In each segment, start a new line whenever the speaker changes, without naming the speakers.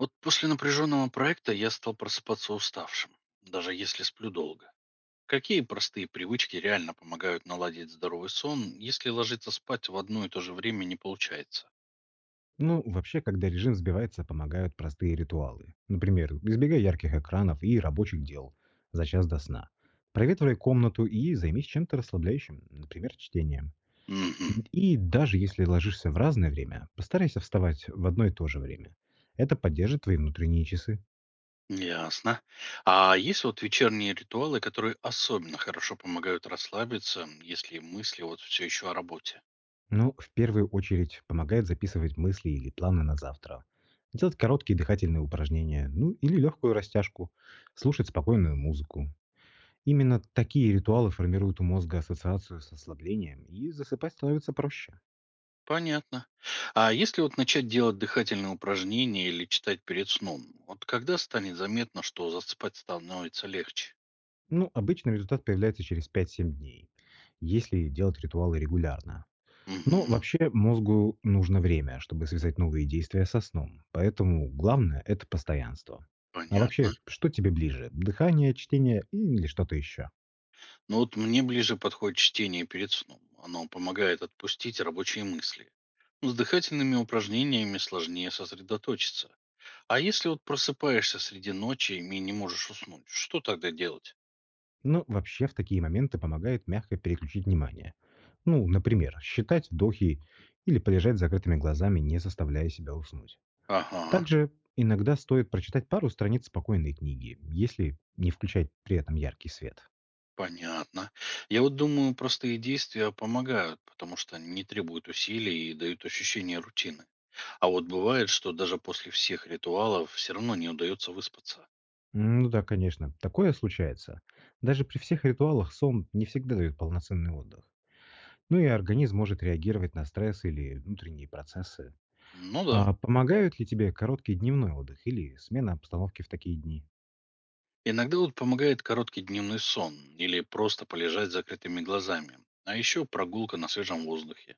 Вот после напряженного проекта я стал просыпаться уставшим, даже если сплю долго. Какие простые привычки реально помогают наладить здоровый сон, если ложиться спать в одно и то же время не получается?
Ну, вообще, когда режим сбивается, помогают простые ритуалы. Например, избегай ярких экранов и рабочих дел за час до сна. Проветривай комнату и займись чем-то расслабляющим, например, чтением.
Угу,
И даже если ложишься в разное время, постарайся вставать в одно и то же время. Это поддержит твои внутренние часы.
ясно. А есть вот вечерние ритуалы, которые особенно хорошо помогают расслабиться, если мысли вот все еще о работе?
Но в первую очередь помогает записывать мысли или планы на завтра. Делать короткие дыхательные упражнения, ну или легкую растяжку. Слушать спокойную музыку. Именно такие ритуалы формируют у мозга ассоциацию с ослаблением, и засыпать становится проще.
Понятно. А если вот начать делать дыхательные упражнения или читать перед сном, вот когда станет заметно, что заспать становится легче?
Ну, обычно результат появляется через пять-семь дней, если делать ритуалы регулярно. Но
Угу.
вообще мозгу нужно время, чтобы связать новые действия со сном, поэтому главное– это постоянство. А
Понятно.
вообще, что тебе ближе– дыхание, чтение или что-то еще?
Но вот мне ближе подходит чтение перед сном. Оно помогает отпустить рабочие мысли. С дыхательными упражнениями сложнее сосредоточиться. А если вот просыпаешься среди ночи и не можешь уснуть, что тогда делать?
Ну, вообще в такие моменты помогает мягко переключить внимание. Ну, например, считать вдохи или полежать с закрытыми глазами, не заставляя себя уснуть.
Ага,
Также иногда стоит прочитать пару страниц спокойной книги, если не включать при этом яркий свет.
понятно. Я вот думаю, простые действия помогают, потому что не требуют усилий и дают ощущение рутины. А вот бывает, что даже после всех ритуалов все равно не удается выспаться.
Ну да, конечно, такое случается. Даже при всех ритуалах сон не всегда дает полноценный отдых. Ну и организм может реагировать на стресс или внутренние процессы.
Ну да.
А помогают ли тебе короткий дневной отдых или смена обстановки в такие дни?
Иногда вот помогает короткий дневной сон или просто полежать с закрытыми глазами. А еще прогулка на свежем воздухе.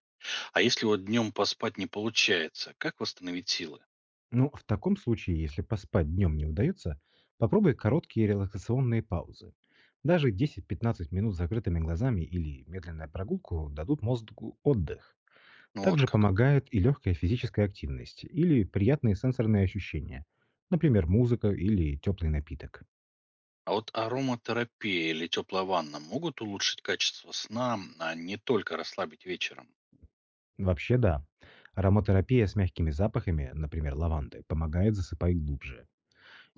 А если вот днем поспать не получается, как восстановить силы?
Ну, в таком случае, если поспать днем не удается, попробуй короткие релаксационные паузы. Даже 10-15 минут с закрытыми глазами или медленная прогулку дадут мозгу отдых.
Ну вот
Также
как.
помогает и легкая физическая активность или приятные сенсорные ощущения, например, музыка или теплый напиток.
А вот ароматерапия или теплая ванна могут улучшить качество сна, а не только расслабить вечером.
Вообще да, ароматерапия с мягкими запахами, например, лаванды, помогает засыпать глубже.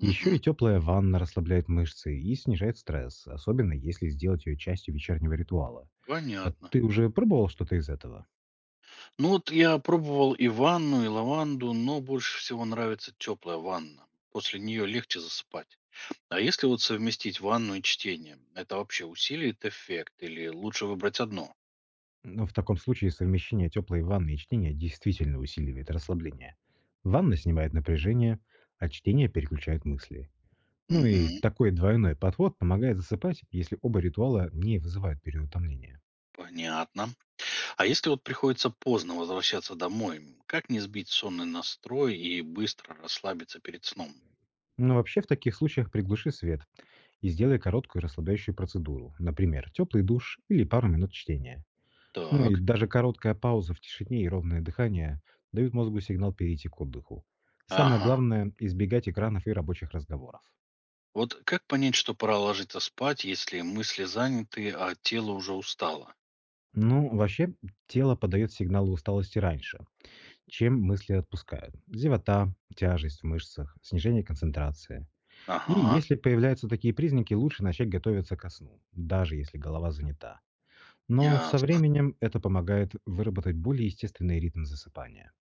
Еще и теплая ванна расслабляет мышцы и снижает стресс, особенно если сделать ее частью вечернего ритуала. А
Понятно.
ты уже пробовал что-то из этого?
Ну вот я пробовал и ванну, и лаванду, но больше всего нравится теплая ванна. После нее легче засыпать. А если вот совместить ванну и чтение, это вообще усилит эффект или лучше выбрать одно?
Ну, в таком случае совмещение теплой ванны и чтения действительно усиливает расслабление. Ванна снимает напряжение, а чтение переключает мысли. Ну и
Мгм,
такой двойной подход помогает засыпать, если оба ритуала не вызывают переутомления.
понятно. А если вот приходится поздно возвращаться домой, как не сбить сонный настрой и быстро расслабиться перед сном?
Но вообще в таких случаях приглуши свет и сделай короткую расслабляющую процедуру, например, теплый душ или пару минут чтения. Ну и
Так,
даже короткая пауза в тишине и ровное дыхание дают мозгу сигнал перейти к отдыху. Самое
ага.
главное– избегать экранов и рабочих разговоров.
Вот как понять, что пора ложиться спать, если мысли заняты, а тело уже устало?
Ну, вообще, тело подает сигналы усталости раньше, чем мысли отпускают. Зевота, тяжесть в мышцах, снижение концентрации. И
Ага,
если появляются такие признаки, лучше начать готовиться ко сну, даже если голова занята. Но со
ясно.
временем это помогает выработать более естественный ритм засыпания.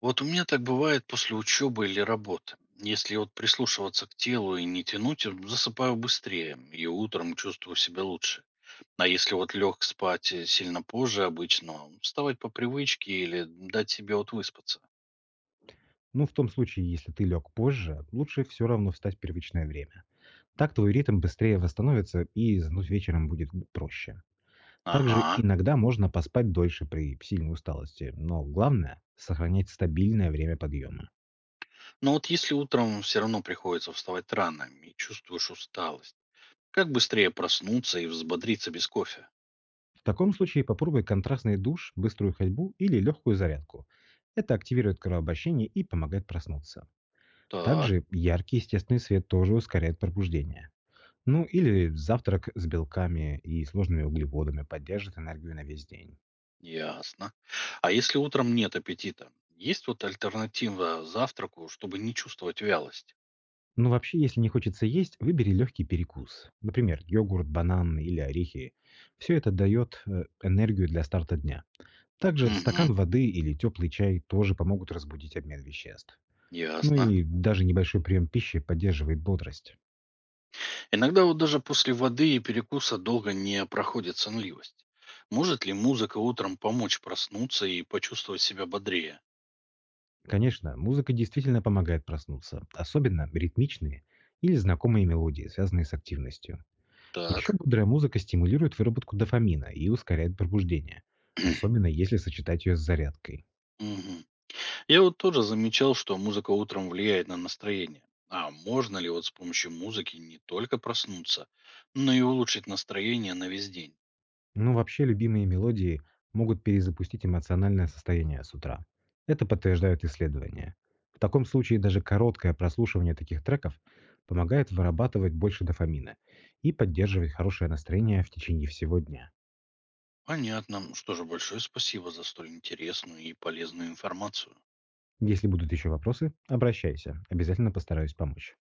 Вот у меня так бывает после учебы или работы. Если вот прислушиваться к телу и не тянуть, засыпаю быстрее и утром чувствую себя лучше. А если вот лег спать сильно позже обычного, вставать по привычке или дать себе вот выспаться.
Ну, в том случае, если ты лег позже, лучше все равно встать в привычное время. Так твой ритм быстрее восстановится и заснуть вечером будет проще. Также
Ага.
иногда можно поспать дольше при сильной усталости, но главное– сохранять стабильное время подъема.
Но вот если утром все равно приходится вставать рано и чувствуешь усталость, как быстрее проснуться и взбодриться без кофе?
В таком случае попробуй контрастный душ, быструю ходьбу или легкую зарядку. Это активирует кровообращение и помогает проснуться.
Так.
Также яркий естественный свет тоже ускоряет пробуждение. Ну или завтрак с белками и сложными углеводами поддержит энергию на весь день.
Ясно. А если утром нет аппетита, есть вот альтернатива завтраку, чтобы не чувствовать вялость?
Но вообще, если не хочется есть, выбери легкий перекус. Например, йогурт, банан или орехи. Все это дает энергию для старта дня. Также
Угу.
стакан воды или теплый чай тоже помогут разбудить обмен веществ. Ну
Ясно.
и даже небольшой прием пищи поддерживает бодрость.
Иногда вот даже после воды и перекуса долго не проходит сонливость. Может ли музыка утром помочь проснуться и почувствовать себя бодрее?
Конечно, музыка действительно помогает проснуться, особенно ритмичные или знакомые мелодии, связанные с активностью. Еще
Так.
бодрая музыка стимулирует выработку дофамина и ускоряет пробуждение, особенно если сочетать ее с зарядкой.
Мгм. Я вот тоже замечал, что музыка утром влияет на настроение. А можно ли вот с помощью музыки не только проснуться, но и улучшить настроение на весь день?
Ну, вообще, любимые мелодии могут перезапустить эмоциональное состояние с утра. Это подтверждают исследования. В таком случае даже короткое прослушивание таких треков помогает вырабатывать больше дофамина и поддерживать хорошее настроение в течение всего дня.
Понятно. Ну что же, большое спасибо за столь интересную и полезную информацию.
Если будут еще вопросы, обращайся, обязательно постараюсь помочь.